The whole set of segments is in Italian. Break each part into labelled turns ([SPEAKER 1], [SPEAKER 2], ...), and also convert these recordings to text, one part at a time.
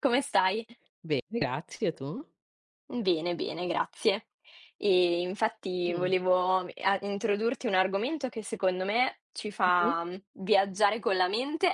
[SPEAKER 1] Come stai?
[SPEAKER 2] Bene, grazie, tu?
[SPEAKER 1] Bene, bene, grazie. E infatti
[SPEAKER 2] Mh,
[SPEAKER 1] volevo m a introdurti un argomento che secondo me ci
[SPEAKER 2] mh-mh.
[SPEAKER 1] fa, viaggiare con la mente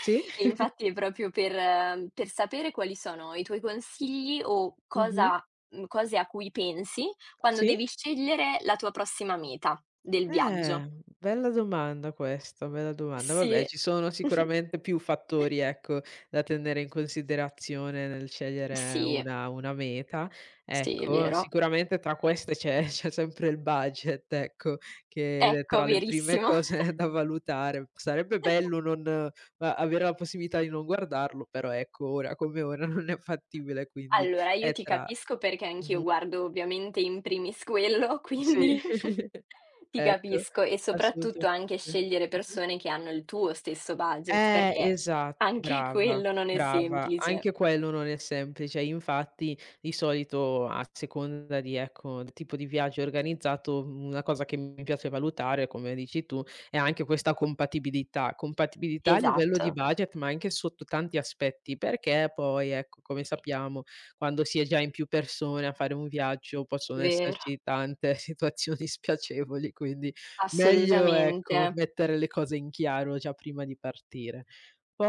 [SPEAKER 2] Sì.
[SPEAKER 1] e infatti è proprio per sapere quali sono i tuoi consigli o
[SPEAKER 2] Mh-mh.
[SPEAKER 1] cosa, cose a cui pensi quando
[SPEAKER 2] Sì?
[SPEAKER 1] devi scegliere la tua prossima meta del viaggio.
[SPEAKER 2] Eh, bella domanda questa, bella domanda. Vabbè,
[SPEAKER 1] Sì.
[SPEAKER 2] ci sono sicuramente più fattori, ecco, da tenere in considerazione nel scegliere
[SPEAKER 1] Sì,
[SPEAKER 2] una meta.
[SPEAKER 1] sì, è
[SPEAKER 2] Ecco,
[SPEAKER 1] vero.
[SPEAKER 2] sicuramente tra queste c'è c'è sempre il budget, ecco, che è
[SPEAKER 1] Ecco,
[SPEAKER 2] tra le prime
[SPEAKER 1] verissimo.
[SPEAKER 2] cose da valutare. Sarebbe bello non a avere la possibilità di non guardarlo, però ecco, ora come ora non è fattibile, quindi
[SPEAKER 1] Allora, io
[SPEAKER 2] è
[SPEAKER 1] ti
[SPEAKER 2] tra
[SPEAKER 1] capisco perché anch'io guardo ovviamente in primis quello,
[SPEAKER 2] sì,
[SPEAKER 1] quindi ti
[SPEAKER 2] ecco,
[SPEAKER 1] capisco, e soprattutto
[SPEAKER 2] assolutamente.
[SPEAKER 1] anche scegliere
[SPEAKER 2] Mh-mh.
[SPEAKER 1] persone che hanno il tuo stesso budget, perché
[SPEAKER 2] Esatto,
[SPEAKER 1] anche
[SPEAKER 2] brava,
[SPEAKER 1] quello non è
[SPEAKER 2] brava.
[SPEAKER 1] semplice.
[SPEAKER 2] Anche quello non è semplice. Infatti, di solito a seconda di ecco, del tipo di viaggio organizzato, una cosa che mi piace valutare, come dici tu, è anche questa compatibilità. Compatibilità a livello di
[SPEAKER 1] Esatto.
[SPEAKER 2] budget, ma anche sotto tanti aspetti, perché poi, ecco, come
[SPEAKER 1] Sì,
[SPEAKER 2] sappiamo, quando si è già in più persone a fare un viaggio possono
[SPEAKER 1] vero,
[SPEAKER 2] esserci tante situazioni spiacevoli, quindi meglio, ecco,
[SPEAKER 1] assolutamente.
[SPEAKER 2] mettere le cose in chiaro già prima di partire.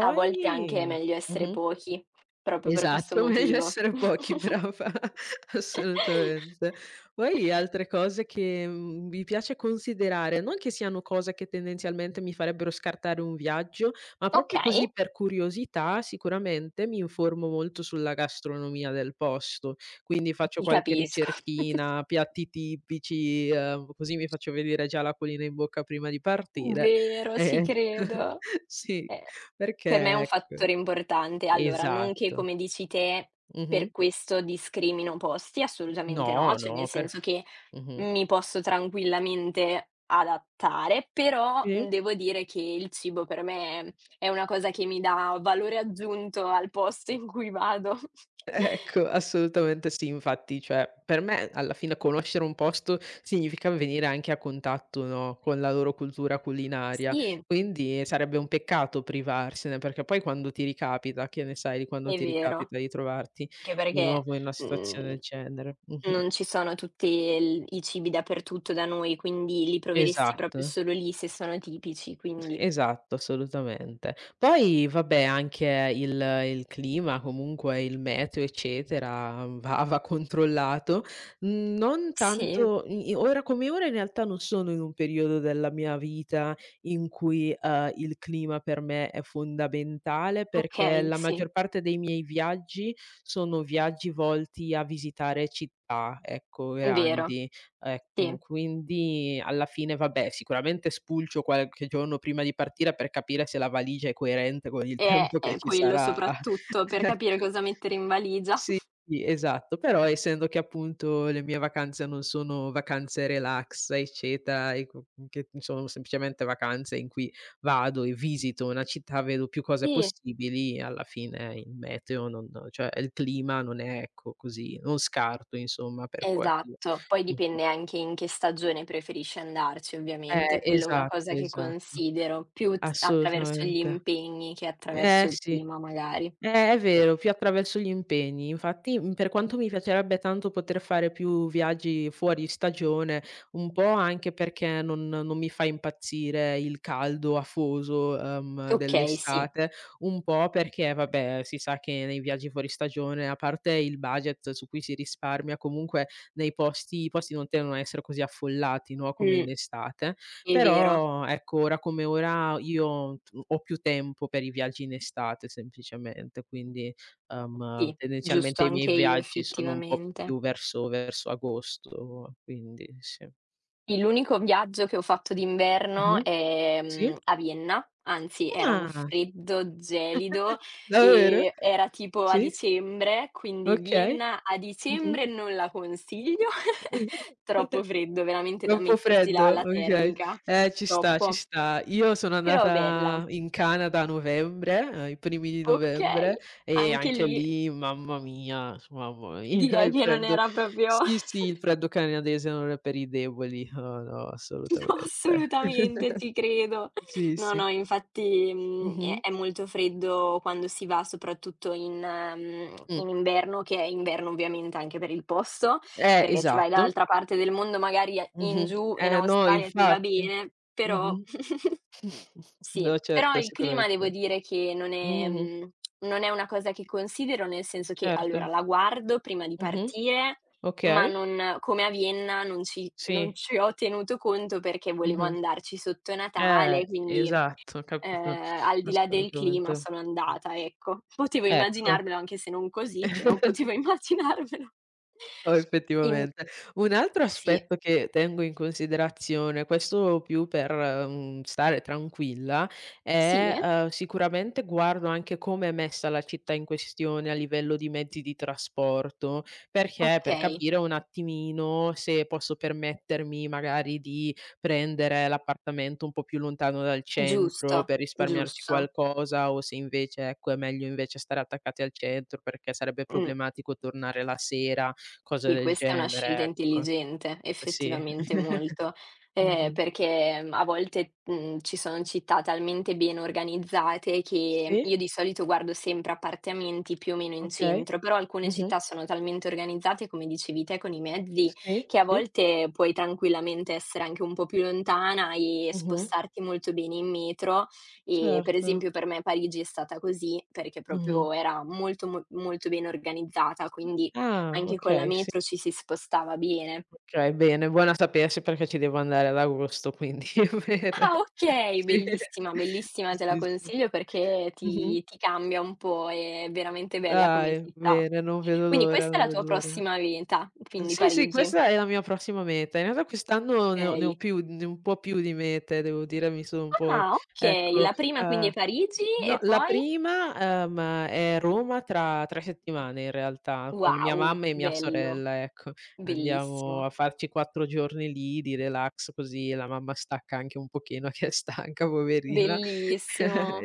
[SPEAKER 1] A volte anche è meglio essere
[SPEAKER 2] mh-mh.
[SPEAKER 1] pochi, proprio per questo
[SPEAKER 2] Esatto, meglio
[SPEAKER 1] motivo.
[SPEAKER 2] essere pochi, brava, assolutamente. Poi altre cose che, mi piace considerare, non che siano cose che tendenzialmente mi farebbero scartare un viaggio, ma proprio
[SPEAKER 1] Okay.
[SPEAKER 2] così per curiosità sicuramente mi informo molto sulla gastronomia del posto, quindi faccio
[SPEAKER 1] Ti
[SPEAKER 2] qualche
[SPEAKER 1] capisco.
[SPEAKER 2] ricerchina, piatti tipici, così mi faccio venire già l'acquolina in bocca prima di partire.
[SPEAKER 1] Vero, ci
[SPEAKER 2] Eh,
[SPEAKER 1] credo.
[SPEAKER 2] sì,
[SPEAKER 1] Eh, per me è un
[SPEAKER 2] perché ecco
[SPEAKER 1] fattore importante. Allora, non che,
[SPEAKER 2] esatto.
[SPEAKER 1] come dici te,
[SPEAKER 2] Mh-mh.
[SPEAKER 1] per questo discrimino posti, assolutamente no,
[SPEAKER 2] No,
[SPEAKER 1] cioè
[SPEAKER 2] no,
[SPEAKER 1] nel
[SPEAKER 2] per f
[SPEAKER 1] senso che
[SPEAKER 2] mh-mh.
[SPEAKER 1] mi posso tranquillamente adattare, però,
[SPEAKER 2] Sì.
[SPEAKER 1] devo dire che il cibo per me è una cosa che mi dà valore aggiunto al posto in cui vado.
[SPEAKER 2] Ecco, assolutamente sì. Infatti, cioè, per me alla fine conoscere un posto significa venire anche a contatto, no, con la loro cultura culinaria,
[SPEAKER 1] Sì,
[SPEAKER 2] quindi sarebbe un peccato privarsene, perché poi quando ti ricapita, che ne sai di quando
[SPEAKER 1] è
[SPEAKER 2] ti
[SPEAKER 1] vero,
[SPEAKER 2] ricapita di trovarti
[SPEAKER 1] anche
[SPEAKER 2] di
[SPEAKER 1] perché,
[SPEAKER 2] nuovo in una situazione del
[SPEAKER 1] mhmm
[SPEAKER 2] genere. Mh-mh.
[SPEAKER 1] non ci sono tutti il i cibi dappertutto da noi, quindi li proveresti
[SPEAKER 2] Esatto.
[SPEAKER 1] proprio solo lì se sono tipici, quindi
[SPEAKER 2] Esatto, assolutamente. Poi vabbè anche il clima, comunque il meteo, eccetera, va controllato. Non
[SPEAKER 1] sì.
[SPEAKER 2] tanto i i ora come ora in realtà non sono in un periodo della mia vita in cui, il clima per me è fondamentale, perché
[SPEAKER 1] Okay,
[SPEAKER 2] la
[SPEAKER 1] sì,
[SPEAKER 2] maggior parte dei miei viaggi sono viaggi volti a visitare città, ecco,
[SPEAKER 1] vero,
[SPEAKER 2] grandi. Ecco,
[SPEAKER 1] sì.
[SPEAKER 2] quindi alla fine vabbè, sicuramente spulcio qualche giorno prima di partire per capire se la valigia è coerente con il tempo
[SPEAKER 1] È
[SPEAKER 2] che
[SPEAKER 1] è
[SPEAKER 2] ci
[SPEAKER 1] quello
[SPEAKER 2] sarà.
[SPEAKER 1] soprattutto, per capire
[SPEAKER 2] Ecco.
[SPEAKER 1] cosa mettere in valigia.
[SPEAKER 2] Sì, sì, esatto, però essendo che appunto le mie vacanze non sono vacanze relax, eccetera, e co che sono semplicemente vacanze in cui vado e visito una città, vedo più cose
[SPEAKER 1] Sì.
[SPEAKER 2] possibili, alla fine il meteo non cioè il clima non è ecco così non scarto insomma per quello.
[SPEAKER 1] Esatto, poi
[SPEAKER 2] Mh.
[SPEAKER 1] dipende anche in che stagione preferisci andarci ovviamente, quello è una
[SPEAKER 2] Esatto,
[SPEAKER 1] cosa che
[SPEAKER 2] esatto.
[SPEAKER 1] considero, più t attraverso gli
[SPEAKER 2] Assolutamente.
[SPEAKER 1] impegni che
[SPEAKER 2] Eh
[SPEAKER 1] attraverso il
[SPEAKER 2] sì,
[SPEAKER 1] clima magari.
[SPEAKER 2] è
[SPEAKER 1] Sì.
[SPEAKER 2] vero, più attraverso gli impegni. Infatti, per quanto mi piacerebbe tanto poter fare più viaggi fuori stagione, un po' anche perché non mi fa impazzire il caldo afoso,
[SPEAKER 1] Okay, sì.
[SPEAKER 2] dell'estate, un po' perché vabbè, si sa che nei viaggi fuori stagione, a parte il budget su cui si risparmia, comunque nei posti i posti non tendono a essere così affollati, no, come
[SPEAKER 1] Mh,
[SPEAKER 2] in estate.
[SPEAKER 1] è vero.
[SPEAKER 2] Però ecco, ora come ora io t ho più tempo per i viaggi in estate semplicemente, quindi,
[SPEAKER 1] Sì, giusto,
[SPEAKER 2] tendenzialmente i miei
[SPEAKER 1] anche io
[SPEAKER 2] viaggi sono un po'
[SPEAKER 1] effettivamente.
[SPEAKER 2] più verso agosto, quindi sì.
[SPEAKER 1] Il l'unico viaggio che ho fatto d'inverno,
[SPEAKER 2] Mh-mh. Sì?
[SPEAKER 1] a Vienna, anzi era un
[SPEAKER 2] Ah,
[SPEAKER 1] freddo gelido,
[SPEAKER 2] davvero?
[SPEAKER 1] era tipo a
[SPEAKER 2] Sì?
[SPEAKER 1] dicembre, quindi
[SPEAKER 2] Okay.
[SPEAKER 1] Vienna a
[SPEAKER 2] Mh-mh.
[SPEAKER 1] dicembre non la consiglio, troppo freddo, veramente da
[SPEAKER 2] Troppo
[SPEAKER 1] mettersi la
[SPEAKER 2] freddo? Okay.
[SPEAKER 1] termica,
[SPEAKER 2] Ci sta, ci
[SPEAKER 1] troppo.
[SPEAKER 2] sta. Io sono
[SPEAKER 1] Però bella.
[SPEAKER 2] andata in Canada a novembre, i primi di novembre,
[SPEAKER 1] Okay,
[SPEAKER 2] e
[SPEAKER 1] anche
[SPEAKER 2] anche
[SPEAKER 1] lì
[SPEAKER 2] lì, mamma mia,
[SPEAKER 1] direi
[SPEAKER 2] il
[SPEAKER 1] che non
[SPEAKER 2] freddo
[SPEAKER 1] era proprio.
[SPEAKER 2] sì, sì, il freddo canadese non è per i deboli. No, no,
[SPEAKER 1] No,
[SPEAKER 2] assolutamente.
[SPEAKER 1] assolutamente, ci credo.
[SPEAKER 2] Sì,
[SPEAKER 1] No,
[SPEAKER 2] sì.
[SPEAKER 1] no, infatti,
[SPEAKER 2] Mh-mh.
[SPEAKER 1] è molto freddo quando si va, soprattutto in,
[SPEAKER 2] Mh.
[SPEAKER 1] in inverno, che è inverno ovviamente anche per il posto, perché se vai
[SPEAKER 2] Esatto.
[SPEAKER 1] dall'altra parte del mondo, magari in
[SPEAKER 2] Mh-mh.
[SPEAKER 1] giù, in
[SPEAKER 2] No,
[SPEAKER 1] Australia, ti va
[SPEAKER 2] infatti.
[SPEAKER 1] bene, però.
[SPEAKER 2] Mh-mh.
[SPEAKER 1] Sì,
[SPEAKER 2] No,
[SPEAKER 1] però
[SPEAKER 2] certo,
[SPEAKER 1] il clima devo
[SPEAKER 2] sicuramente.
[SPEAKER 1] dire che non è,
[SPEAKER 2] Mh-mh.
[SPEAKER 1] non è una cosa che considero, nel senso che
[SPEAKER 2] Certo.
[SPEAKER 1] allora la guardo prima di
[SPEAKER 2] Mh-mh.
[SPEAKER 1] partire, ma
[SPEAKER 2] Okay.
[SPEAKER 1] non, come a Vienna non
[SPEAKER 2] Sì.
[SPEAKER 1] ci ho tenuto conto perché volevo
[SPEAKER 2] Mh-mh.
[SPEAKER 1] andarci sotto Natale, quindi,
[SPEAKER 2] Esatto, capito,
[SPEAKER 1] al di là del clima
[SPEAKER 2] assolutamente.
[SPEAKER 1] sono andata, ecco. Potevo
[SPEAKER 2] Ecco.
[SPEAKER 1] immaginarmelo anche se non così, però potevo immaginarmelo.
[SPEAKER 2] Oh,
[SPEAKER 1] In
[SPEAKER 2] effettivamente. Un altro
[SPEAKER 1] Sì,
[SPEAKER 2] aspetto che tengo in considerazione, questo più per, stare tranquilla, è,
[SPEAKER 1] sì?
[SPEAKER 2] sicuramente guardo anche come è messa la città in questione a livello di mezzi di trasporto, perché per
[SPEAKER 1] Okay,
[SPEAKER 2] capire un attimino se posso permettermi magari di prendere l'appartamento un po' più lontano dal centro
[SPEAKER 1] giusto,
[SPEAKER 2] per risparmiarci
[SPEAKER 1] giusto.
[SPEAKER 2] qualcosa o se invece, ecco, è meglio invece stare attaccati al centro perché sarebbe
[SPEAKER 1] Mh.
[SPEAKER 2] problematico tornare la sera. Cose
[SPEAKER 1] Sì,
[SPEAKER 2] del
[SPEAKER 1] questa è una scelta
[SPEAKER 2] genere, ecco.
[SPEAKER 1] intelligente,
[SPEAKER 2] Sì.
[SPEAKER 1] effettivamente molto,
[SPEAKER 2] Mh-mh.
[SPEAKER 1] perché, a volte, ci sono città talmente ben organizzate che
[SPEAKER 2] Sì.
[SPEAKER 1] io di solito guardo sempre appartamenti più o meno in
[SPEAKER 2] Okay.
[SPEAKER 1] centro, però alcune
[SPEAKER 2] Mh-mh.
[SPEAKER 1] città sono talmente organizzate, come dicevi te, con i mezzi,
[SPEAKER 2] Sì,
[SPEAKER 1] che a
[SPEAKER 2] sì.
[SPEAKER 1] volte puoi tranquillamente essere anche un po' più lontana e
[SPEAKER 2] Mh-mh.
[SPEAKER 1] spostarti molto bene in metro. Per
[SPEAKER 2] Certo.
[SPEAKER 1] esempio per me Parigi è stata così, perché
[SPEAKER 2] Mh-mh.
[SPEAKER 1] proprio era molto, mo molto ben organizzata, quindi
[SPEAKER 2] Ah,
[SPEAKER 1] anche con la
[SPEAKER 2] okay, sì.
[SPEAKER 1] metro ci si spostava bene.
[SPEAKER 2] Okay, bene, buono a sapersi perché ci devo andare ad agosto, quindi
[SPEAKER 1] Ah
[SPEAKER 2] bene.
[SPEAKER 1] okay,
[SPEAKER 2] Sì,
[SPEAKER 1] bellissima, bellissima, te la
[SPEAKER 2] sì, sì.
[SPEAKER 1] consiglio perché
[SPEAKER 2] Mh-mh.
[SPEAKER 1] ti cambia un po', è veramente bella
[SPEAKER 2] Dai,
[SPEAKER 1] come città.
[SPEAKER 2] bene, non vedo
[SPEAKER 1] Quindi
[SPEAKER 2] l'ora,
[SPEAKER 1] questa è
[SPEAKER 2] non
[SPEAKER 1] la tua
[SPEAKER 2] vedo l'ora.
[SPEAKER 1] prossima meta, quindi
[SPEAKER 2] Sì, sì,
[SPEAKER 1] Parigi,
[SPEAKER 2] questa è la mia prossima meta. In realtà quest'anno ne ho
[SPEAKER 1] okay.
[SPEAKER 2] più ne un po' più di mete, devo dire, mi sono un po'
[SPEAKER 1] Ah okay,
[SPEAKER 2] ecco,
[SPEAKER 1] la prima quindi
[SPEAKER 2] uhm,
[SPEAKER 1] è Parigi
[SPEAKER 2] no,
[SPEAKER 1] e
[SPEAKER 2] la
[SPEAKER 1] poi?
[SPEAKER 2] prima, è Roma tra 3 settimane in realtà, con mia
[SPEAKER 1] Wow,
[SPEAKER 2] mamma e mia
[SPEAKER 1] bello,
[SPEAKER 2] sorella, ecco. Andiamo
[SPEAKER 1] bellissimo,
[SPEAKER 2] a farci 4 giorni lì di relax, così la mamma stacca anche un pochino che è stanca poverina.
[SPEAKER 1] bellissimo.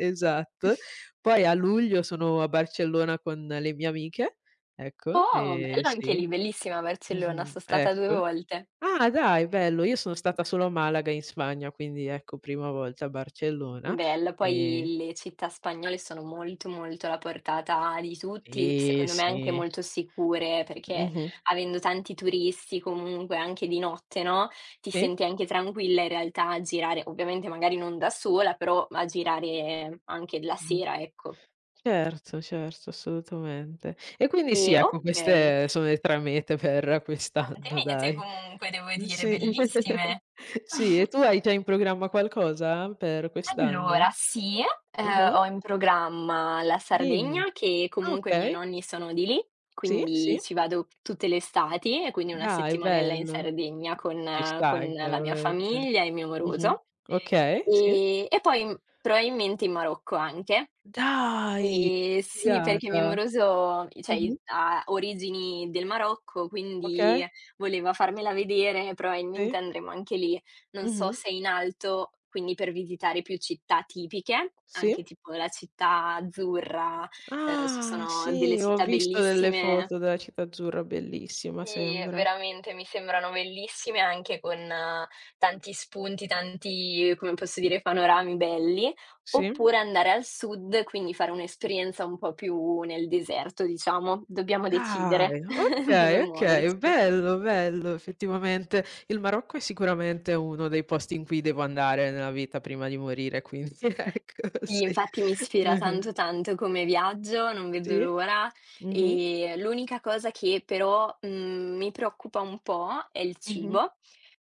[SPEAKER 2] Poi a luglio sono a Barcellona con le mie amiche, ecco,
[SPEAKER 1] Oh, bello anche
[SPEAKER 2] sì.
[SPEAKER 1] lì, bellissima Barcellona,
[SPEAKER 2] Mh-mh,
[SPEAKER 1] so' stata 2
[SPEAKER 2] ecco.
[SPEAKER 1] volte.
[SPEAKER 2] Ah dai, bello. Io sono stata solo a Malaga in Spagna, quindi ecco, prima volta a Barcellona.
[SPEAKER 1] Bello,
[SPEAKER 2] Ehm
[SPEAKER 1] poi le città spagnole sono molto, molto alla portata di tutti,
[SPEAKER 2] sì,
[SPEAKER 1] secondo me anche
[SPEAKER 2] sì.
[SPEAKER 1] molto sicure, perché
[SPEAKER 2] Mh-mh.
[SPEAKER 1] avendo tanti turisti comunque anche di notte, no, ti
[SPEAKER 2] Sì.
[SPEAKER 1] senti anche tranquilla in realtà a girare, ovviamente magari non da sola, però a girare anche la
[SPEAKER 2] Mh-mh.
[SPEAKER 1] sera, ecco.
[SPEAKER 2] Certo, certo, assolutamente. E quindi
[SPEAKER 1] E
[SPEAKER 2] sì, ecco,
[SPEAKER 1] okay,
[SPEAKER 2] queste sono le 3 mete per
[SPEAKER 1] tante
[SPEAKER 2] quest'anno,
[SPEAKER 1] mete
[SPEAKER 2] dai.
[SPEAKER 1] comunque devo dire,
[SPEAKER 2] Sì.
[SPEAKER 1] bellissime.
[SPEAKER 2] Sì, e tu hai già in programma qualcosa per quest'anno?
[SPEAKER 1] Allora sì,
[SPEAKER 2] Mh-mh.
[SPEAKER 1] ho in programma la
[SPEAKER 2] Dimmi.
[SPEAKER 1] Sardegna, che
[SPEAKER 2] Ah,
[SPEAKER 1] comunque i miei
[SPEAKER 2] okay.
[SPEAKER 1] nonni sono di lì,
[SPEAKER 2] Sì,
[SPEAKER 1] quindi
[SPEAKER 2] sì.
[SPEAKER 1] ci vado tutte le estati, e quindi una
[SPEAKER 2] Dai,
[SPEAKER 1] settimanella in
[SPEAKER 2] bello.
[SPEAKER 1] Sardegna con,
[SPEAKER 2] Ci sta
[SPEAKER 1] con la mia
[SPEAKER 2] chiaramente.
[SPEAKER 1] famiglia e il mio
[SPEAKER 2] Mh-mh.
[SPEAKER 1] moroso.
[SPEAKER 2] Okay, sì.
[SPEAKER 1] E poi m probabilmente in Marocco anche.
[SPEAKER 2] Dai!
[SPEAKER 1] Sì, perché mio
[SPEAKER 2] Figata.
[SPEAKER 1] moroso, i cioè i
[SPEAKER 2] Mh-mh.
[SPEAKER 1] ha origini del Marocco,
[SPEAKER 2] Okay,
[SPEAKER 1] quindi voleva farmela vedere, probabilmente
[SPEAKER 2] sì.
[SPEAKER 1] andremo anche lì. Non so
[SPEAKER 2] Mh-mh.
[SPEAKER 1] se in alto, quindi per visitare più città tipiche,
[SPEAKER 2] Sì.
[SPEAKER 1] anche tipo la città azzurra, ci
[SPEAKER 2] Ah,
[SPEAKER 1] sono delle
[SPEAKER 2] sì, ho
[SPEAKER 1] città
[SPEAKER 2] visto delle
[SPEAKER 1] bellissime,
[SPEAKER 2] foto della città azzurra, bellissima
[SPEAKER 1] sì,
[SPEAKER 2] sembra.
[SPEAKER 1] veramente mi sembrano bellissime, anche con, tanti spunti, tanti, come posso dire, panorami belli,
[SPEAKER 2] Sì.
[SPEAKER 1] oppure andare al sud, quindi fare un'esperienza un po' più nel deserto, diciamo. Dobbiamo decidere
[SPEAKER 2] Dai,
[SPEAKER 1] dove
[SPEAKER 2] okay, okay,
[SPEAKER 1] muoverci.
[SPEAKER 2] bello, bello effettivamente. Il Marocco è sicuramente uno dei posti in cui devo andare nella vita prima di morire, quindi ecco,
[SPEAKER 1] Sì,
[SPEAKER 2] sì.
[SPEAKER 1] infatti mi ispira
[SPEAKER 2] Mh-mh.
[SPEAKER 1] tanto, tanto come viaggio, non vedo
[SPEAKER 2] Sì.
[SPEAKER 1] l'ora.
[SPEAKER 2] Mh-mh,
[SPEAKER 1] E l'unica cosa che però, mi preoccupa un po' è il
[SPEAKER 2] mh-mh.
[SPEAKER 1] cibo,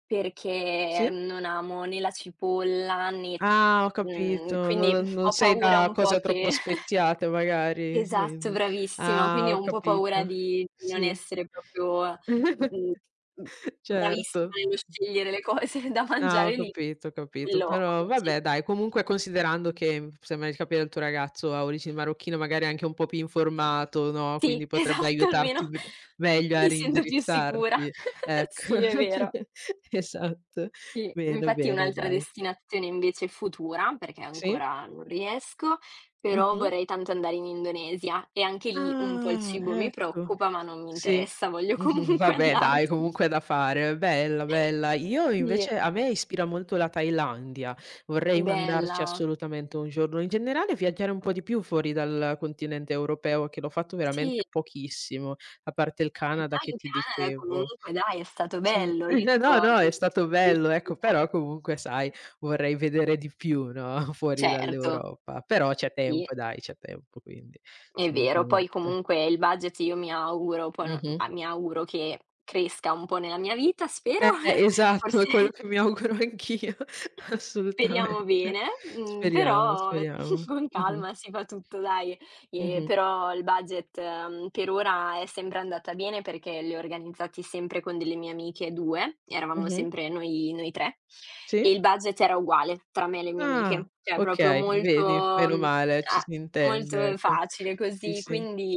[SPEAKER 1] perché
[SPEAKER 2] Sì?
[SPEAKER 1] non amo né la cipolla né,
[SPEAKER 2] Ah, ho capito,
[SPEAKER 1] quindi
[SPEAKER 2] non
[SPEAKER 1] ho
[SPEAKER 2] sei
[SPEAKER 1] paura
[SPEAKER 2] da
[SPEAKER 1] un po'
[SPEAKER 2] cose troppo
[SPEAKER 1] che
[SPEAKER 2] speziate magari,
[SPEAKER 1] esatto,
[SPEAKER 2] quindi.
[SPEAKER 1] bravissima.
[SPEAKER 2] Ah,
[SPEAKER 1] Quindi
[SPEAKER 2] ho
[SPEAKER 1] ho un po' paura
[SPEAKER 2] capito.
[SPEAKER 1] di non
[SPEAKER 2] Sì.
[SPEAKER 1] essere proprio, mhmm, mhmm, bravissima
[SPEAKER 2] Certo.
[SPEAKER 1] nello scegliere le cose da
[SPEAKER 2] Ah, ho
[SPEAKER 1] mangiare lì.
[SPEAKER 2] capito, ho capito.
[SPEAKER 1] Quello
[SPEAKER 2] Però
[SPEAKER 1] come
[SPEAKER 2] vabbè
[SPEAKER 1] dicevo,
[SPEAKER 2] dai, comunque considerando che, sembra di capire il tuo ragazzo ha origini marocchine, magari è anche un po' più informato, no,
[SPEAKER 1] sì,
[SPEAKER 2] quindi potrebbe
[SPEAKER 1] esatto,
[SPEAKER 2] aiutarti
[SPEAKER 1] almeno
[SPEAKER 2] m meglio a
[SPEAKER 1] mi sento più sicura.
[SPEAKER 2] reindirizzarti. Ecco.
[SPEAKER 1] Sì, è vero.
[SPEAKER 2] Esatto.
[SPEAKER 1] Sì,
[SPEAKER 2] Bene,
[SPEAKER 1] infatti
[SPEAKER 2] bene
[SPEAKER 1] un'altra
[SPEAKER 2] dai.
[SPEAKER 1] destinazione invece futura, perché
[SPEAKER 2] Sì?
[SPEAKER 1] ancora non riesco, però
[SPEAKER 2] Mh-mh.
[SPEAKER 1] vorrei tanto andare in Indonesia, e anche lì un po' il
[SPEAKER 2] Ah,
[SPEAKER 1] cibo mi
[SPEAKER 2] ecco.
[SPEAKER 1] preoccupa, ma non mi
[SPEAKER 2] Sì.
[SPEAKER 1] interessa, voglio
[SPEAKER 2] Mh-mh,
[SPEAKER 1] comunque
[SPEAKER 2] vabbè dai,
[SPEAKER 1] andarci.
[SPEAKER 2] comunque è da fare. Bella, bella. Io
[SPEAKER 1] Sì,
[SPEAKER 2] invece a me ispira molto la Thailandia, vorrei andarci
[SPEAKER 1] bella.
[SPEAKER 2] assolutamente un giorno. In generale viaggiare un po' di più fuori dal continente europeo, che l'ho fatto
[SPEAKER 1] Sì,
[SPEAKER 2] veramente pochissimo, a parte il Canada
[SPEAKER 1] già
[SPEAKER 2] che
[SPEAKER 1] in
[SPEAKER 2] ti
[SPEAKER 1] Canada
[SPEAKER 2] dicevo.
[SPEAKER 1] comunque dai, è stato
[SPEAKER 2] Sì.
[SPEAKER 1] bello, io tipo
[SPEAKER 2] No, no, è
[SPEAKER 1] non ci
[SPEAKER 2] stato
[SPEAKER 1] sono
[SPEAKER 2] bello, ecco,
[SPEAKER 1] riuscita.
[SPEAKER 2] però comunque sai, vorrei vedere di più, no, fuori
[SPEAKER 1] Certo,
[SPEAKER 2] dall'Europa. Però c'è
[SPEAKER 1] sì,
[SPEAKER 2] tempo dai, c'è tempo, quindi
[SPEAKER 1] è vero. Poi
[SPEAKER 2] assolutamente.
[SPEAKER 1] comunque il budget io mi auguro, poi no
[SPEAKER 2] Mh-mh.
[SPEAKER 1] a mi auguro che cresca un po' nella mia vita, spero,
[SPEAKER 2] Eh, esatto, è
[SPEAKER 1] forse.
[SPEAKER 2] quello che mi auguro anch'io,
[SPEAKER 1] Speriamo
[SPEAKER 2] assolutamente.
[SPEAKER 1] bene,
[SPEAKER 2] Speriamo,
[SPEAKER 1] però
[SPEAKER 2] speriamo.
[SPEAKER 1] con
[SPEAKER 2] Mh-mh,
[SPEAKER 1] calma si fa tutto dai.
[SPEAKER 2] mh-mh,
[SPEAKER 1] Però il budget, per ora è sempre andata bene perché li ho organizzati sempre con delle mie amiche 2, eravamo
[SPEAKER 2] mh-mh.
[SPEAKER 1] sempre noi 3,
[SPEAKER 2] Sì?
[SPEAKER 1] e il budget era uguale tra me e le mie
[SPEAKER 2] Ah,
[SPEAKER 1] amiche, cioè proprio
[SPEAKER 2] okay,
[SPEAKER 1] molto,
[SPEAKER 2] vedi, meno
[SPEAKER 1] mhmm,
[SPEAKER 2] male, ci
[SPEAKER 1] a
[SPEAKER 2] si intende,
[SPEAKER 1] molto
[SPEAKER 2] ecco.
[SPEAKER 1] facile
[SPEAKER 2] Sì,
[SPEAKER 1] così,
[SPEAKER 2] sì.
[SPEAKER 1] quindi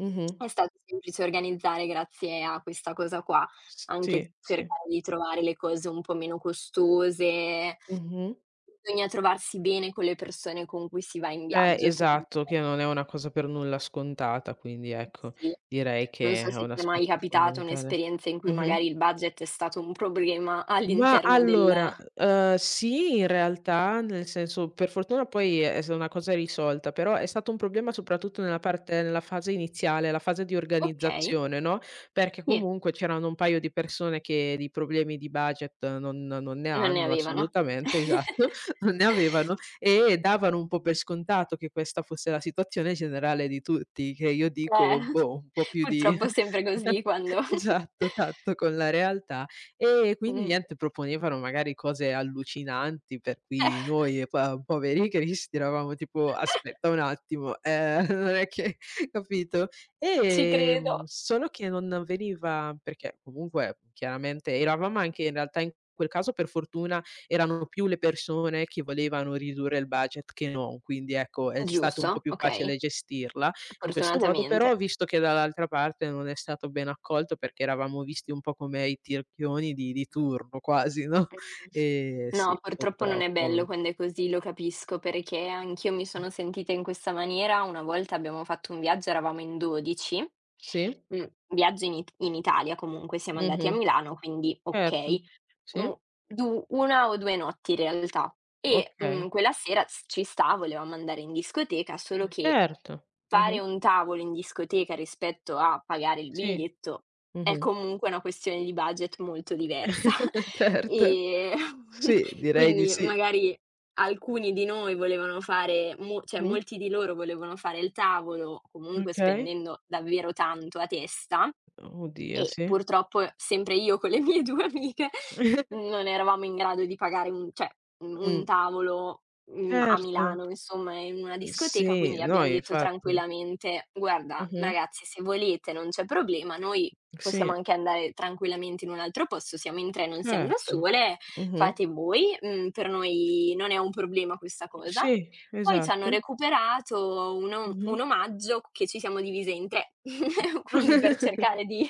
[SPEAKER 2] Mh-mh.
[SPEAKER 1] è stato semplice organizzare grazie a questa cosa qua.
[SPEAKER 2] S
[SPEAKER 1] Anche
[SPEAKER 2] sì, sì.
[SPEAKER 1] cercare di trovare le cose un po' meno costose.
[SPEAKER 2] Mh-mh.
[SPEAKER 1] Bisogna trovarsi bene con le persone con cui si va in viaggio, secondo
[SPEAKER 2] Esatto,
[SPEAKER 1] me,
[SPEAKER 2] che non è una cosa per nulla scontata, quindi ecco,
[SPEAKER 1] sì.
[SPEAKER 2] direi
[SPEAKER 1] Non
[SPEAKER 2] che
[SPEAKER 1] so
[SPEAKER 2] è
[SPEAKER 1] se
[SPEAKER 2] un
[SPEAKER 1] ti è mai
[SPEAKER 2] aspetto
[SPEAKER 1] capitata
[SPEAKER 2] fondamentale.
[SPEAKER 1] un'esperienza in cui
[SPEAKER 2] Mh-mh.
[SPEAKER 1] magari il budget è stato un problema
[SPEAKER 2] Ma
[SPEAKER 1] all'interno
[SPEAKER 2] allora,
[SPEAKER 1] del.
[SPEAKER 2] sì in realtà, nel senso per fortuna poi è s una cosa risolta, però è stato un problema soprattutto nella fase iniziale, la fase di
[SPEAKER 1] Okay,
[SPEAKER 2] organizzazione, no, perché
[SPEAKER 1] sì,
[SPEAKER 2] comunque c'erano un paio di persone che di problemi di budget non ne
[SPEAKER 1] non ne
[SPEAKER 2] hanno
[SPEAKER 1] avevano.
[SPEAKER 2] assolutamente, esatto, non ne avevano e davano un po' per scontato che questa fosse la situazione generale di tutti, che io dico:
[SPEAKER 1] Eh,
[SPEAKER 2] "Boh, un po' più di"
[SPEAKER 1] purtroppo è sempre così quando.
[SPEAKER 2] esatto, tatto con la realtà. E quindi
[SPEAKER 1] Mh,
[SPEAKER 2] niente, proponevano magari cose allucinanti, per cui
[SPEAKER 1] eh,
[SPEAKER 2] noi pa poveri cristi eravamo tipo: "Aspetta un attimo, non è che" capito?
[SPEAKER 1] ci credo.
[SPEAKER 2] Solo che non veniva perché comunque chiaramente eravamo anche in realtà in quel caso per fortuna erano più le persone che volevano ridurre il budget che non, quindi ecco, è c stato un po'
[SPEAKER 1] Giusto,
[SPEAKER 2] più facile
[SPEAKER 1] okay,
[SPEAKER 2] gestirla in questo modo, però
[SPEAKER 1] fortunatamente.
[SPEAKER 2] ho visto che dall'altra parte non è stato ben accolto perché eravamo visti un po' come i tirchioni di turno quasi, no,
[SPEAKER 1] Mh.
[SPEAKER 2] sì,
[SPEAKER 1] No, purtroppo non è bello
[SPEAKER 2] purtroppo.
[SPEAKER 1] quando è così, lo capisco, perché anch'io mi sono sentita in questa maniera. Una volta abbiamo fatto un viaggio, eravamo in 12,
[SPEAKER 2] Sì,
[SPEAKER 1] mhmm, viaggio in Italia comunque, siamo andati a
[SPEAKER 2] mh-mh,
[SPEAKER 1] Milano, quindi
[SPEAKER 2] certo.
[SPEAKER 1] okay.
[SPEAKER 2] Sì,
[SPEAKER 1] Mhmm, du 1 o 2 notti in realtà, e,
[SPEAKER 2] okay.
[SPEAKER 1] quella sera s ci sta, volevamo andare in discoteca, solo che
[SPEAKER 2] Certo. Mh-mh.
[SPEAKER 1] fare un tavolo in discoteca rispetto a pagare il
[SPEAKER 2] Sì.
[SPEAKER 1] biglietto è
[SPEAKER 2] Mh-mh.
[SPEAKER 1] comunque una questione di budget molto diversa.
[SPEAKER 2] Certo.
[SPEAKER 1] E,
[SPEAKER 2] Sì, direi di
[SPEAKER 1] quindi
[SPEAKER 2] sì.
[SPEAKER 1] magari alcuni di noi volevano fare, mo cioè
[SPEAKER 2] Mh,
[SPEAKER 1] molti di loro volevano fare il tavolo, comunque
[SPEAKER 2] okay.
[SPEAKER 1] spendendo davvero tanto a testa,
[SPEAKER 2] Oddio,
[SPEAKER 1] e
[SPEAKER 2] sì.
[SPEAKER 1] purtroppo sempre io con le mie 2 amiche non eravamo in grado di pagare un cioè,
[SPEAKER 2] Mh,
[SPEAKER 1] un tavolo, a
[SPEAKER 2] certo.
[SPEAKER 1] Milano insomma in una discoteca,
[SPEAKER 2] Sì,
[SPEAKER 1] quindi
[SPEAKER 2] no
[SPEAKER 1] abbiam detto
[SPEAKER 2] infatti.
[SPEAKER 1] tranquillamente: "Guarda
[SPEAKER 2] Mh-mh.
[SPEAKER 1] ragazzi, se volete non c'è problema, noi possiamo
[SPEAKER 2] Sì.
[SPEAKER 1] anche andare tranquillamente in un altro posto, siamo in 3, non siamo da
[SPEAKER 2] Certo.
[SPEAKER 1] sole,
[SPEAKER 2] Mh-mh.
[SPEAKER 1] fate voi, per noi non è un problema questa cosa".
[SPEAKER 2] Sì,
[SPEAKER 1] Poi c'hanno
[SPEAKER 2] esatto.
[SPEAKER 1] recuperato
[SPEAKER 2] Mh-mh.
[SPEAKER 1] un omaggio che ci siamo divise in 3, quindi per
[SPEAKER 2] Mh.
[SPEAKER 1] cercare di,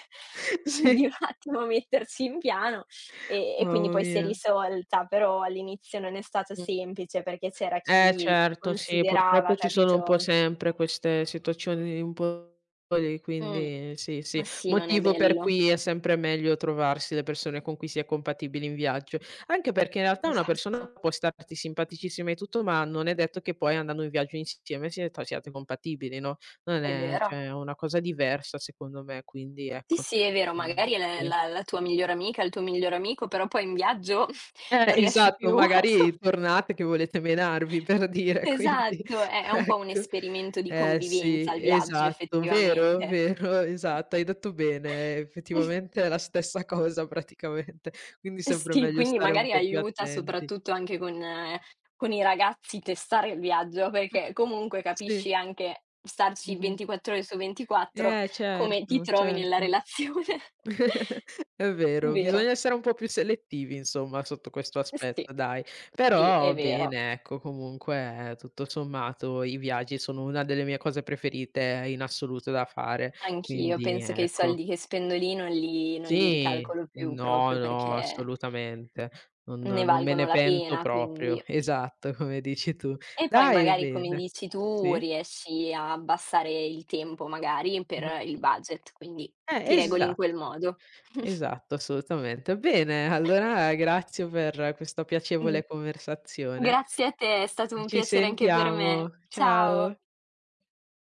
[SPEAKER 2] Sì.
[SPEAKER 1] un attimo, metterci in piano, e quindi
[SPEAKER 2] Mamma
[SPEAKER 1] poi si è
[SPEAKER 2] mia.
[SPEAKER 1] risolta, però all'inizio non è stato
[SPEAKER 2] Mh.
[SPEAKER 1] semplice perché c'era
[SPEAKER 2] Eh
[SPEAKER 1] chi
[SPEAKER 2] certo, sì, purtroppo
[SPEAKER 1] considerava,
[SPEAKER 2] ci sono un po'
[SPEAKER 1] capito,
[SPEAKER 2] sempre queste situazioni un po' lì,
[SPEAKER 1] mh,
[SPEAKER 2] quindi sì, sì.
[SPEAKER 1] ma sì, non è
[SPEAKER 2] Motivo per
[SPEAKER 1] bello.
[SPEAKER 2] cui è sempre meglio trovarsi le persone con cui si è compatibili in viaggio, anche perché in realtà una
[SPEAKER 1] Esatto,
[SPEAKER 2] persona può starti simpaticissima e tutto, ma non è detto che poi andando in viaggio insieme siete siate compatibili, no, non
[SPEAKER 1] è
[SPEAKER 2] è
[SPEAKER 1] vero.
[SPEAKER 2] cioè è una cosa diversa secondo me, quindi
[SPEAKER 1] Sì,
[SPEAKER 2] ecco.
[SPEAKER 1] sì, è vero,
[SPEAKER 2] Mh,
[SPEAKER 1] magari è la
[SPEAKER 2] sì.
[SPEAKER 1] la la tua migliore amica, il tuo migliore amico, però poi in viaggio non riesci
[SPEAKER 2] Esatto,
[SPEAKER 1] più a so
[SPEAKER 2] magari tornate che volete menarvi per dire, quindi
[SPEAKER 1] esatto, è è un po' un
[SPEAKER 2] ecco.
[SPEAKER 1] esperimento di
[SPEAKER 2] Eh sì,
[SPEAKER 1] convivenza il viaggio
[SPEAKER 2] esatto, vero,
[SPEAKER 1] effettivamente.
[SPEAKER 2] vero, esatto, hai detto bene, effettivamente è la stessa cosa praticamente, quindi
[SPEAKER 1] Eh
[SPEAKER 2] sempre
[SPEAKER 1] sì,
[SPEAKER 2] meglio
[SPEAKER 1] quindi
[SPEAKER 2] stare un
[SPEAKER 1] magari
[SPEAKER 2] po' più
[SPEAKER 1] aiuta,
[SPEAKER 2] attenti.
[SPEAKER 1] soprattutto anche con, con i ragazzi testare il viaggio, perché comunque
[SPEAKER 2] Sì,
[SPEAKER 1] capisci anche starci
[SPEAKER 2] mh-mh.
[SPEAKER 1] 24 ore su 24
[SPEAKER 2] Eh
[SPEAKER 1] come ti
[SPEAKER 2] certo,
[SPEAKER 1] trovi nella
[SPEAKER 2] certo.
[SPEAKER 1] relazione.
[SPEAKER 2] È vero, bisogna
[SPEAKER 1] Vero,
[SPEAKER 2] essere un po' più selettivi insomma sotto questo
[SPEAKER 1] eh sì.
[SPEAKER 2] aspetto dai,
[SPEAKER 1] Sì, è
[SPEAKER 2] però
[SPEAKER 1] vero.
[SPEAKER 2] bene ecco comunque tutto sommato i viaggi sono una delle mie cose preferite in assoluto da fare,
[SPEAKER 1] Anch'io
[SPEAKER 2] quindi
[SPEAKER 1] penso che i
[SPEAKER 2] ecco.
[SPEAKER 1] soldi che spendo lì non li
[SPEAKER 2] Sì,
[SPEAKER 1] ricalcolo più,
[SPEAKER 2] no,
[SPEAKER 1] proprio
[SPEAKER 2] no,
[SPEAKER 1] perché
[SPEAKER 2] assolutamente, non
[SPEAKER 1] ne
[SPEAKER 2] non me ne
[SPEAKER 1] valgono la
[SPEAKER 2] pento
[SPEAKER 1] pena,
[SPEAKER 2] proprio,
[SPEAKER 1] quindi.
[SPEAKER 2] esatto come dici tu.
[SPEAKER 1] E poi
[SPEAKER 2] Dai
[SPEAKER 1] magari, come
[SPEAKER 2] bene.
[SPEAKER 1] dici tu,
[SPEAKER 2] Sì.
[SPEAKER 1] riesci a abbassare il tempo magari per il
[SPEAKER 2] Mh-mh.
[SPEAKER 1] budget, quindi
[SPEAKER 2] Eh,
[SPEAKER 1] ti regoli in
[SPEAKER 2] esa
[SPEAKER 1] quel modo.
[SPEAKER 2] Esatto, assolutamente. Bene, allora grazie per questa
[SPEAKER 1] Mh,
[SPEAKER 2] piacevole conversazione.
[SPEAKER 1] grazie a te, è stato un
[SPEAKER 2] Ci
[SPEAKER 1] piacere anche per me.
[SPEAKER 2] sentiamo. Ciao.
[SPEAKER 1] Ciao.